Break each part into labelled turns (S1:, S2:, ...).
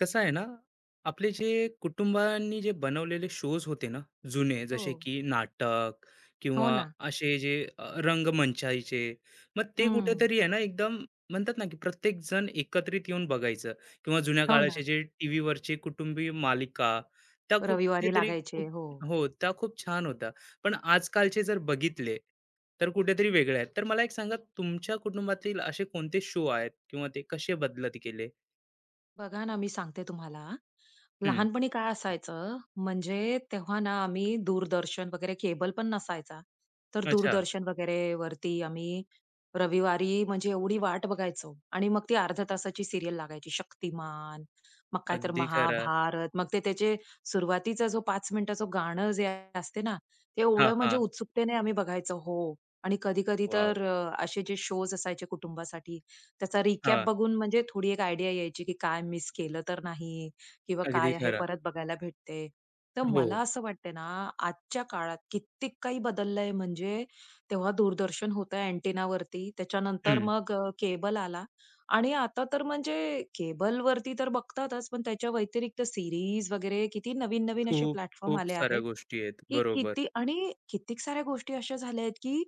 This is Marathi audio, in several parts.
S1: कसं आहे ना, आपले जे कुटुंबांनी जे बनवलेले शोज होते ना, जुने
S2: हो.
S1: जसे की नाटक
S2: हो
S1: किंवा
S2: ना.
S1: असे जे रंगमंचायचे, मग ते
S2: हं.
S1: कुठेतरी आहे ना, एकदम म्हणतात ना, की प्रत्येक जण एकत्रित येऊन बघायचं किंवा जुन्या
S2: हो
S1: काळाचे
S2: ना.
S1: जे टीव्हीवरचे कुटुंबीय मालिका, त्या
S2: रविवारी
S1: कुठेतरी
S2: लागायचे.
S1: खूप
S2: हो.
S1: हो, त्या खूप छान होत्या. पण आजकालचे जर बघितले, तर कुठेतरी वेगळे आहेत. तर मला एक सांगा, तुमच्या कुटुंबातील असे कोणते शो आहेत किंवा ते कसे बदलत गेले?
S2: बघा ना, मी सांगते तुम्हाला,
S1: हं.
S2: लहानपणी काय असायचं, म्हणजे तेव्हा ना आम्ही दूरदर्शन वगैरे केबल पण नसायचा. तर
S1: अच्छा.
S2: दूरदर्शन वगैरे वरती आम्ही रविवारी म्हणजे एवढी वाट बघायचो आणि मग ती अर्ध्या तासाची सीरियल लागायची शक्तिमान, मग काय तर
S1: अगदी खरं.
S2: महाभारत, मग ते त्याचे सुरुवातीचा जो 5 मिनिटाचं गाणं जे असते ना, ते
S1: हां,
S2: एवढं म्हणजे
S1: हां.
S2: उत्सुकतेने आम्ही बघायचो हो. आणि कधी-कधी
S1: वॉव!
S2: तर असे जे शोज असायचे कुटुंबासाठी, त्याचा रिकॅप
S1: हां.
S2: बघून म्हणजे थोडी एक आयडिया यायची, की काय मिस केलं तर नाही? किंवा
S1: अगदी
S2: काय आहे
S1: खरं.
S2: परत बघायला भेटते. तर
S1: हो.
S2: मला असं वाटतंय ना, आजच्या काळात कित्येक काही बदललंय म्हणजे तेव्हा दूरदर्शन होतं अँटेनावरती, त्याच्यानंतर
S1: हं.
S2: मग केबल आला आणि आता तर म्हणजे केबलवरती तर बघतातच, पण त्याच्या व्यतिरिक्त सीरीज वगैरे किती नवीन-नवीन असे
S1: खूप,
S2: प्लॅटफॉर्म
S1: खूप
S2: आले
S1: साऱ्या
S2: आहेत,
S1: गोष्टी आहेत.
S2: की
S1: बरोबर.
S2: किती आणि कित्येक साऱ्या गोष्टी अशा झाल्या आहेत, की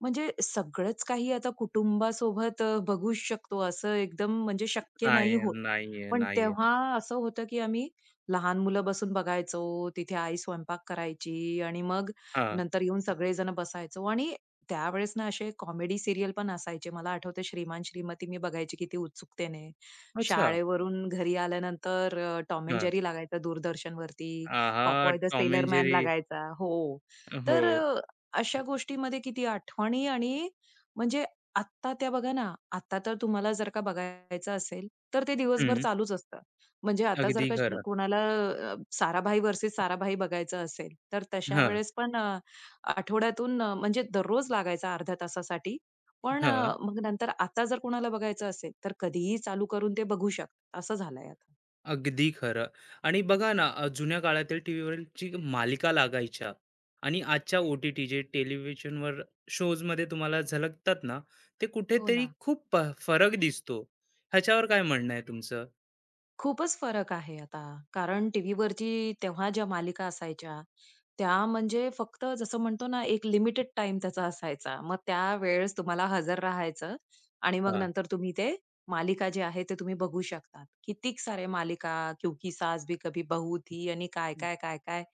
S2: म्हणजे सगळंच काही आता कुटुंबासोबत बघू शकतो असं एकदम म्हणजे शक्य
S1: नाही,
S2: नाही होत.
S1: नाहीये,
S2: पण
S1: नाहीये.
S2: तेव्हा असं होतं, की आम्ही लहान मुलं बसून बघायचो, तिथे आई स्वयंपाक करायची आणि मग
S1: हां.
S2: नंतर येऊन सगळेजण बसायचो आणि त्यावेळेस ना असे कॉमेडी सीरियल पण असायचे. मला आठवतं श्रीमान श्रीमती मी बघायची किती उत्सुकतेने.
S1: अच्छा.
S2: शाळेवरून घरी आल्यानंतर टॉम एंड
S1: हां.
S2: जेरी लागायचा दूरदर्शनवरती,
S1: आहा!
S2: Popeye the
S1: Tom
S2: sailor
S1: and
S2: man
S1: Jerry.
S2: लागायचा. हो.
S1: हो.
S2: तर अशा गोष्टीमध्ये किती आठवणी आणि म्हणजे आत्ता त्या बघा ना, आत्ता तर तुम्हाला जर का बघायचं असेल, तर ते दिवसभर
S1: हं.
S2: चालूच असतं. म्हणजे आता जर
S1: अगदी
S2: का
S1: खरं.
S2: कोणाला साराभाई व्हर्सेस साराभाई बघायचं असेल, तर तशा
S1: हां,
S2: वेळेस पण आठवड्यातून म्हणजे दररोज लागायचा अर्ध्या तासासाठी. पण
S1: हां.
S2: मग नंतर आता जर कोणाला बघायचं असेल, तर कधीही चालू करून ते बघू शकतात. असं झालंय आता.
S1: अगदी खरं. आणि बघा ना, जुन्या काळातील टीव्हीवरची मालिका लागायच्या आणि आजच्या ओ-टी-टी जे टेलिव्हिजनवर शोजमध्ये तुम्हाला झलकतात ना, ते
S2: हो
S1: कुठेतरी
S2: ना.
S1: खूप फरक दिसतो. ह्याच्यावर काय म्हणणं आहे तुमचं?
S2: खूपच फरक आहे आता. कारण टीव्हीवरची तेव्हा ज्या मालिका असायच्या, त्या म्हणजे फक्त जसं म्हणतो ना, एक लिमिटेड टाईम त्याचा असायचा. मग त्यावेळेस तुम्हाला हजर राहायचं आणि मग
S1: हां.
S2: नंतर तुम्ही ते मालिका जे आहे, ते तुम्ही बघू शकता. कितीक साऱ्या मालिका, क्योंकि सास भी कभी बहू थी आणि काय-काय, काय-काय.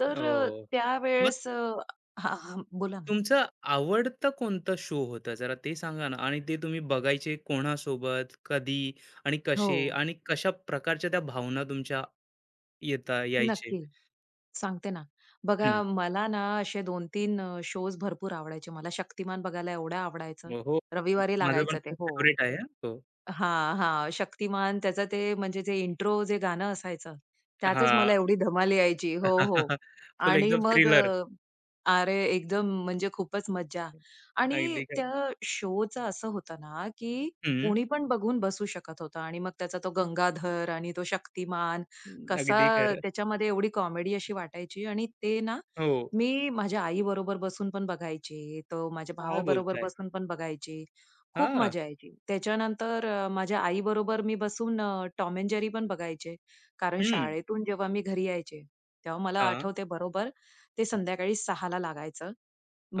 S2: तर
S1: हो. मग
S2: त्यावेळेस हां, हां. बोला ना.
S1: तुमचं आवडतं कोणतं शो होतं जरा ते सांगा ना? आणि ते तुम्ही बघायचे कोणासोबत, कधी आणि
S2: हो,
S1: कसे आणि कशा प्रकारच्या त्या भावना तुमच्या येता यायचे?
S2: नक्की. सांगते ना. बघा
S1: हं.
S2: मला ना असे 2-3 शोज भरपूर आवडायचे. मला शक्तिमान बघायला एवढं आवडायचं.
S1: हो, हो.
S2: रविवारी
S1: माझा पण
S2: लागायचं ते.
S1: खूप
S2: हो.
S1: फेव्हरेट आहे हां.
S2: हां, हां. शक्तिमान त्याचं ते म्हणजे जे इंट्रो जे गाणं असायचं, त्यातच
S1: हां.
S2: मला एवढी धमाल यायची. हो, हो.
S1: फुल
S2: आणि
S1: एकदम
S2: मग
S1: थ्रिलर.
S2: अरे एकदम म्हणजे खूपच मज्जा. आणि
S1: अगदी खरं.
S2: त्या शोचं असं होतं ना, की
S1: हं.
S2: कोणी पण बघून बसू शकत होतं आणि मग त्याचा तो गंगाधर आणि तो शक्तिमान कसा
S1: अगदी खरं.
S2: त्याच्यामध्ये एवढी कॉमेडी अशी वाटायची आणि ते ना,
S1: हो.
S2: मी माझ्या आईबरोबर बसून पण बघायची, तो माझ्या
S1: काय
S2: भावाबरोबर
S1: बोलताय?
S2: बसून पण बघायची. खूप
S1: हां.
S2: मजा यायची. त्याच्यानंतर माझ्या आईबरोबर मी बसून टॉम एंड जेरी पण बघायचे. कारण
S1: हं.
S2: शाळेतून जेव्हा मी घरी यायचे, तेव्हा मला
S1: हां.
S2: आठवते बरोबर ते संध्याकाळी 6:00 ला लागायचं.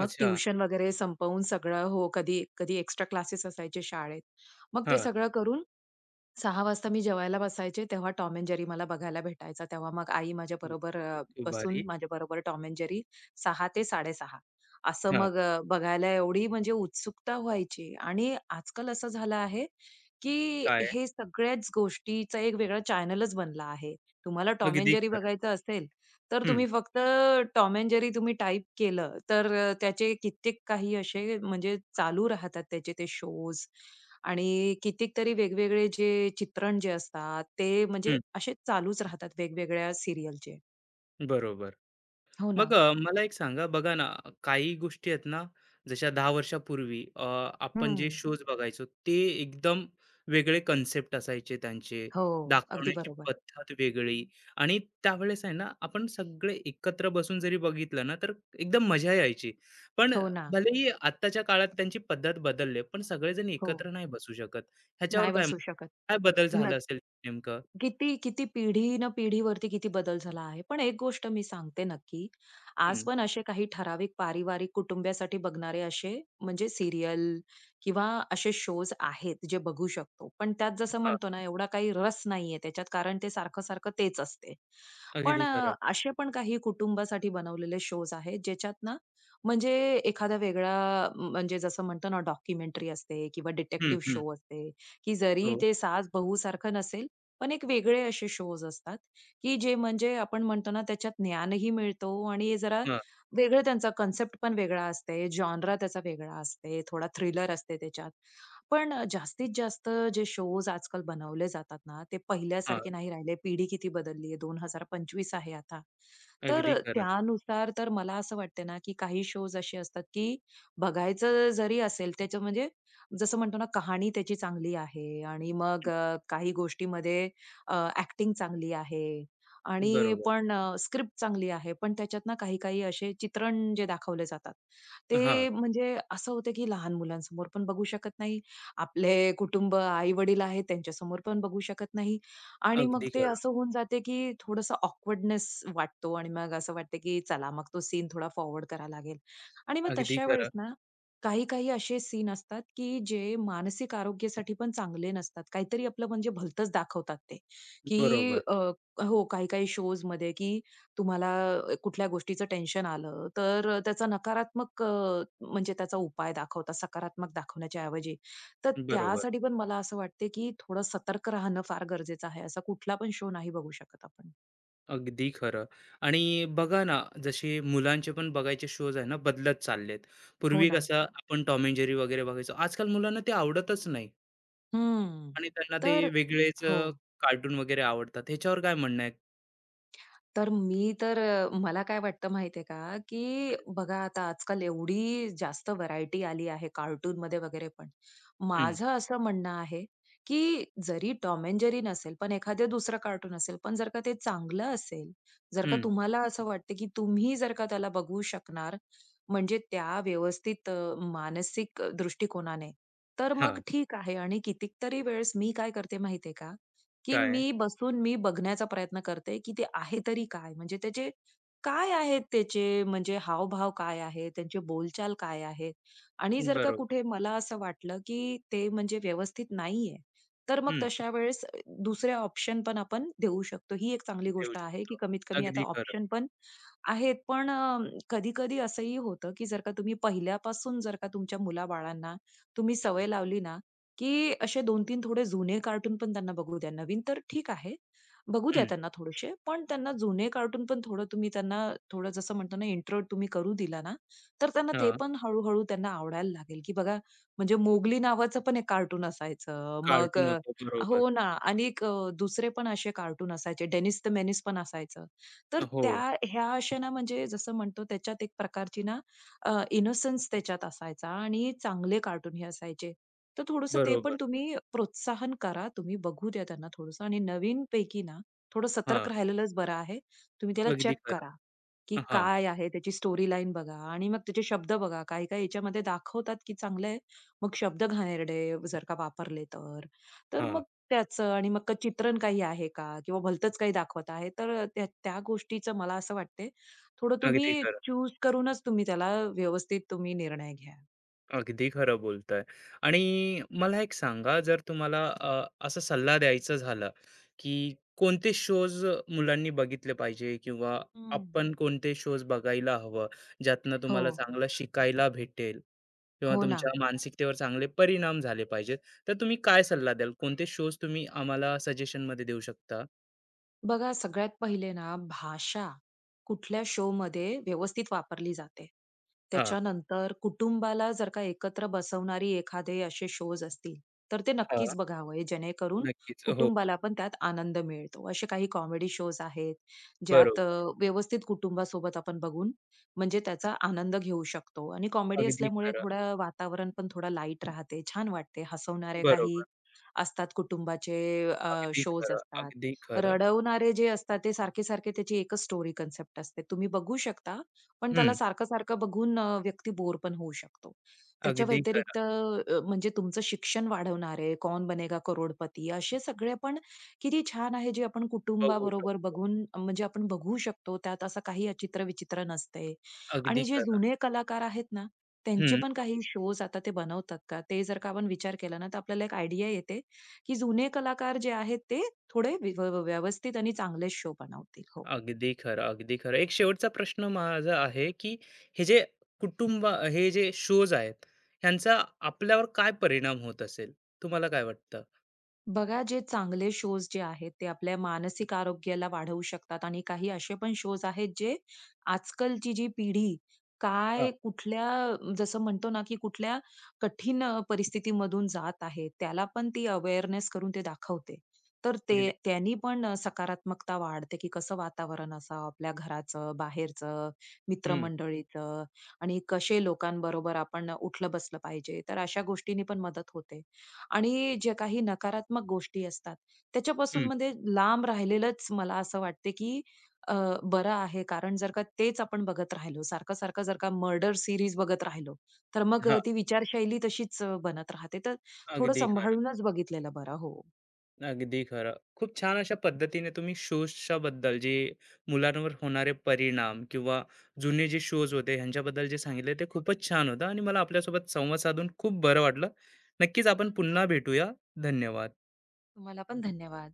S2: मग ट्युशन वगैरे संपवून सगळं हो, कधी कधी एक्स्ट्रा क्लासेस असायचे शाळेत. मग ते
S1: हां.
S2: सगळं करून 6:00 वाजता मी जेवायला बसायचे, तेव्हा टॉम एंड जेरी मला बघायला भेटायचा. तेव्हा मग आई माझ्याबरोबर
S1: खूप भारी.
S2: बसून माझ्याबरोबर टॉम एंड जेरी 6:00 ते 6:30 असं
S1: हां.
S2: मग बघायला एवढी म्हणजे उत्सुकता व्हायची. आणि आजकाल असं झालं आहे, की
S1: काय?
S2: हे सगळ्याच गोष्टीचा एक वेगळा चॅनलच बनला आहे. तुम्हाला टॉम एंड
S1: अगदी
S2: जेरी
S1: खरं.
S2: बघायचं असेल, तर
S1: हं,
S2: तुम्ही फक्त टॉम एंड जेरी तुम्ही टाइप केलं, तर त्याचे कित्येक काही असे म्हणजे चालू राहतात त्याचे ते शोज आणि कितीतरी वेगवेगळे जे चित्रण जे असतात, ते म्हणजे
S1: हं.
S2: असे चालूच राहतात वेगवेगळ्या सीरियलचे.
S1: बरोबर.
S2: हो
S1: मग
S2: ना.
S1: मला एक सांगा बघा ना, काही गोष्टी आहेत ना, जशा 10 वर्षापूर्वी आपण जे
S2: हं.
S1: शोज बघायचो ते एकदम वेगळे कन्सेप्ट असायचे त्यांचे,
S2: हो, अगदी
S1: दाखवण्याची
S2: बरोबर.
S1: पद्धत वेगळी आणि त्यावेळेस आहे ना, आपण सगळे एकत्र बसून जरी बघितलं ना, तर एकदम मजा यायची. पण
S2: हो ना.
S1: भलेही आत्ताच्या काळात त्यांची पद्धत बदलली पण सगळेजण
S2: हो.
S1: एकत्र नाही बसू शकत. ह्याच्यावर
S2: नाही
S1: काय मत
S2: बसू शकत.
S1: काय बदल झाला
S2: नक्की.
S1: असेल नेमकं?
S2: किती, किती पिढी न पिढीवरती किती बदल झाला आहे. पण एक गोष्ट मी सांगते नक्की, आज
S1: हं.
S2: पण असे काही ठराविक पारिवारिक कुटुंबासाठी बघणारे असे म्हणजे सीरियल किंवा असे शोज आहेत जे बघू शकतो. पण त्यात जसं
S1: हां,
S2: म्हणतो ना एवढा काही रस नाहीये त्याच्यात कारण ते सारखं-सारखं तेच असते. पण
S1: अगदी खरं.
S2: असे पण काही कुटुंबासाठी बनवलेले शोज आहेत ज्याच्यात ना म्हणजे एखादा वेगळा म्हणजे जसं म्हणतो ना डॉक्युमेंटरी असते किंवा
S1: हं,
S2: डिटेक्टिव्ह
S1: हं.
S2: शो असते, की जरी
S1: हो.
S2: ते सास-बहू सारखं नसेल पण एक वेगळे असे शोज असतात, की जे म्हणजे आपण म्हणतो ना त्याच्यात ज्ञानही मिळतो आणि जरा
S1: हां,
S2: वेगळं त्यांचा कन्सेप्ट पण वेगळा असते, जॉनरा त्याचा वेगळा असते, थोडा थ्रिलर असते त्याच्यात. पण जास्तीत जास्त जे शोज आजकाल बनवले जातात ना, ते
S1: हां.
S2: पहिल्यासारखे नाही राहिले. पिढी किती बदलली आहे, 2025 आहे आता. तर
S1: अगदी खरं.
S2: त्यानुसार तर मला असं वाटते ना, की काही शोज असे असतात, की बघायचं जरी असेल त्याचं म्हणजे जसं म्हणतो ना, कहाणी त्याची चांगली आहे आणि मग काही गोष्टीमध्ये ॲक्टिंग चांगली आहे आणि
S1: बरोबर.
S2: पण स्क्रिप्ट चांगली आहे. पण त्याच्यात ना काही-काही असे चित्रण जे दाखवले जातात,
S1: हां.
S2: ते म्हणजे असं होतं की लहान मुलांसमोर पण बघू शकत नाही. आपले कुटुंब, आई-वडील आहेत त्यांच्यासमोर पण बघू शकत नाही आणि मग
S1: अगदी
S2: ते
S1: खरं,
S2: असं होऊन जाते की थोडंसं ऑकवर्डनेस वाटतो आणि मग असं वाटतं की चला मग तो सीन थोडा फॉरवर्ड करावा लागेल आणि मग
S1: अगदी
S2: तशा वेळेस
S1: खरं.
S2: ना काही-काही असे सीन असतात की जे मानसिक आरोग्यासाठी पण चांगले नसतात. काहीतरी आपलं म्हणजे भलतंच दाखवतात ते. की
S1: बरोबर,
S2: हो, काही-काही शोजमध्ये की तुम्हाला कुठल्या गोष्टीचं टेन्शन आलं, तर त्याचा नकारात्मक म्हणजे त्याचा उपाय दाखवतात, सकारात्मक दाखवण्याच्या ऐवजी. तर
S1: बरोबर.
S2: त्यासाठी पण मला असं वाटते की थोडं सतर्क राहणं फार गरजेचं आहे. असा कुठला पण शो नाही बघू शकत आपण.
S1: अगदी खरं आणि बघा ना, जसे मुलांचे पण बघायचे शोज आहे ना, बदलत चाललेत.
S2: हो
S1: पूर्वी
S2: ना.
S1: कसं आपण टॉम अँड जेरी वगैरे बघायचो. आजकाल मुलांना ते आवडतच नाही
S2: हं.
S1: आणि त्यांना ते
S2: तर
S1: वेगळेच
S2: हो.
S1: कार्टून वगैरे आवडतात. ह्याच्यावर काय म्हणणं आहे?
S2: तर मी तर मला काय वाटतं माहितीये का, की बघा आता आजकाल एवढी जास्त व्हरायटी आली आहे कार्टून कार्टूनमध्ये वगैरे पण.
S1: हं,
S2: माझं असं म्हणणं आहे, की जरी टॉम एंड जेरी नसेल, पण एखादं दुसरं कार्टून असेल, पण जर का ते चांगलं असेल, जर का
S1: हं,
S2: तुम्हाला असं वाटतं, की तुम्ही जर का त्याला बघू शकणार, म्हणजे त्या व्यवस्थित मानसिक दृष्टिकोनाने, तर मग
S1: हां.
S2: ठीक आहे. आणि कितीतरी वेळेस मी काय करते माहितीये का, की
S1: काय?
S2: मी बसून मी बघण्याचा प्रयत्न करते, की ते आहे तरी काय? म्हणजे त्याचे काय आहेत त्याचे म्हणजे हावभाव काय आहे? त्यांची बोलचाल काय आहे? आणि जर का
S1: बरोबर.
S2: कुठे मला असं वाटलं, की ते म्हणजे व्यवस्थित नाहीये, तर मग
S1: हं.
S2: तशा वेळेस दुसरे ऑप्शन पण आपण देऊ शकतो. ही एक चांगली
S1: देऊ
S2: गोष्ट आहे, की
S1: शकतो.
S2: कमीत कमी आता
S1: अगदी खरं.
S2: ऑप्शन पण आहेत. पण कधी-कधी असंही होतं, की जर का तुम्ही पहिल्यापासून जर का तुमच्या मुलाबाळांना तुम्ही
S1: हं,
S2: सवय लावली ना, की असे 2-3 थोडे जुने कार्टून पण त्यांना बघू द्या. नवीन तर ठीक आहे, बघू द्या
S1: हं,
S2: त्यांना थोडेसे. पण त्यांना जुने कार्टून पण थोडं तुम्ही त्यांना थोडं जसं म्हणतो ना, इंट्रो तुम्ही करू दिला ना, तर त्यांना ते
S1: हां.
S2: पण हळू त्यांना आवडायला लागेल, की बघा म्हणजे मोगली नावाचं पण एक कार्टून असायचं. मग
S1: कार्टून होतं. बरोबर.
S2: हो ना. आणि एक दुसरे पण असे कार्टून असायचे. डेनिस द मेनिस पण असायचं. तर त्या
S1: हो,
S2: ह्या अशा ना म्हणजे जसं म्हणतो त्याच्यात एक प्रकारची ना इनोसन्स त्याच्यात असायचा आणि चांगले कार्टून हे असायचे. तर थोडंसं ते
S1: बरोबर.
S2: पण तुम्ही प्रोत्साहन करा. तुम्ही बघू द्या त्यांना थोडंसं आणि नवीनपैकी ना, थोडं
S1: हां,
S2: सतर्क राहिलेलंच बरं आहे. तुम्ही त्याला
S1: अगदी
S2: चेक
S1: खरं.
S2: करा, की
S1: हां.
S2: काय आहे त्याची स्टोरी लाईन बघा आणि मग त्याचे शब्द बघा. काही-काही याच्यामध्ये दाखवतात, की चांगलं आहे. मग शब्द घाणेरडे जर का वापरले तर. तर
S1: हां,
S2: मग त्याचं आणि मग का चित्रण काही आहे का? किंवा भलतंच काही दाखवत आहे. तर त्या त्या गोष्टीचं मला असं वाटते, थोडं
S1: अगदी
S2: तुम्ही
S1: खरं.
S2: चूज करूनच तुम्ही त्याला व्यवस्थित तुम्ही निर्णय घ्या.
S1: अगदी खरं बोलताय. आणि मला एक सांगा जर तुम्हाला असा सल्ला द्यायचा झाला, की कोणते शोज मुलांनी बघितले पाहिजे किंवा
S2: हं.
S1: आपण कोणते शोज बघायला हवं, ज्यातनं
S2: हो.
S1: तुम्हाला चांगलं शिकायला भेटेल किंवा
S2: हो ना.
S1: तुमच्या मानसिकतेवर चांगले परिणाम झाले पाहिजेत, तर तुम्ही काय सल्ला द्याल? कोणते शोज तुम्ही आम्हाला सजेशनमध्ये देऊ शकता?
S2: बघा, सगळ्यात पहिले ना भाषा कुठल्या शोमध्ये व्यवस्थित वापरली जाते.
S1: हां,
S2: त्याच्यानंतर कुटुंबाला जर का एकत्र बसवणारी एखादे असे शोज असतील, तर ते
S1: हां.
S2: नक्कीच बघावे जेणेकरून
S1: नक्कीच. हो,
S2: कुटुंबाला पण त्यात आनंद मिळतो. असे काही कॉमेडी शोज आहेत, ज्यात
S1: बरोबर.
S2: व्यवस्थित कुटुंबासोबत आपण बघून म्हणजे त्याचा आनंद घेऊ शकतो आणि कॉमेडी
S1: अगदी
S2: असल्यामुळे
S1: खरं.
S2: थोडं वातावरण पण थोडं लाईट राहते, छान वाटते. हसवणारे काही
S1: बरोबर.
S2: असतात कुटुंबाचे
S1: अगदी
S2: शोज
S1: खरं,
S2: असतात.
S1: अगदी खरं.
S2: रडवणारे जे असतात ते सारखे-सारखे त्याची एकच स्टोरी कन्सेप्ट असते. तुम्ही बघू शकता, पण त्याला
S1: हं.
S2: सारखं-सारखं बघून व्यक्ती बोर पण होऊ शकतो. त्याच्या
S1: अगदी खरं.
S2: व्यतिरिक्त म्हणजे तुमचं शिक्षण वाढवणारे "कौन बनेगा करोडपती" असे सगळे पण किती छान आहे जे आपण
S1: बघू
S2: कुटुंबाबरोबर
S1: शकतो.
S2: बघून म्हणजे आपण बघू शकतो. त्यात असं काही अचित्र-विचित्र नसते.
S1: अगदी
S2: आणि जे
S1: खरं.
S2: जुने कलाकार आहेत ना, त्यांचे
S1: हं.
S2: पण काही शोज आता ते बनवतात का, ते जर का आपण विचार केला ना, तर आपल्याला एक आयडिया येते, की जुने कलाकार जे आहेत ते थोडे व्यवस्थित आणि चांगले शो बनवतील. हो.
S1: अगदी खरं, अगदी खरं. एक शेवटचा प्रश्न माझा आहे, की हे जे कुटुंब हे जे शोज आहेत, ह्यांचा आपल्यावर काय परिणाम होत असेल? तुम्हाला काय वाटतं?
S2: बघा, जे चांगले शोज जे आहेत, ते आपल्या मानसिक आरोग्याला वाढवू शकतात आणि काही असे पण शोज आहेत, जे आजकालची जी पिढी
S1: हां,
S2: काय, कुठल्या जसं म्हणतो ना, की कुठल्या कठीण परिस्थितीमधून जात आहे, त्याला पण ती अवेअरनेस करून ते दाखवते. तर ते
S1: अगदी.
S2: त्यांनी पण सकारात्मकता वाढते, की कसं वातावरण असावं आपल्या घराचं, बाहेरचं,
S1: हं,
S2: मित्रमंडळीचं आणि कसे लोकांबरोबर आपण उठलं-बसलं पाहिजे. तर अशा गोष्टींनी पण मदत होते. आणि जे काही नकारात्मक गोष्टी असतात त्याच्यापासून
S1: हं.
S2: म्हणजे लांब राहिलेलंच मला असं वाटते की अ, बरं आहे. कारण जर का तेच आपण बघत राहिलो, सारखं-सारखं जर का मर्डर सीरीज बघत राहिलो, तर मग
S1: हां,
S2: ती विचारशैली तशीच बनत राहते. तर थोडं
S1: अगदी खरं.
S2: सांभाळूनच बघितलेलं बरं. हो.
S1: अगदी खरं. खूप छान अशा पद्धतीने तुम्ही शूजच्याबद्दल जे मुलांवर होणारे परिणाम किंवा जुने जे शोज होते ह्यांच्याबद्दल जे सांगितले ते खूपच छान होतं आणि मला आपल्यासोबत संवाद साधून खूप बरं वाटलं. नक्कीच आपण पुन्हा भेटूया. धन्यवाद.
S2: तुम्हाला पण धन्यवाद.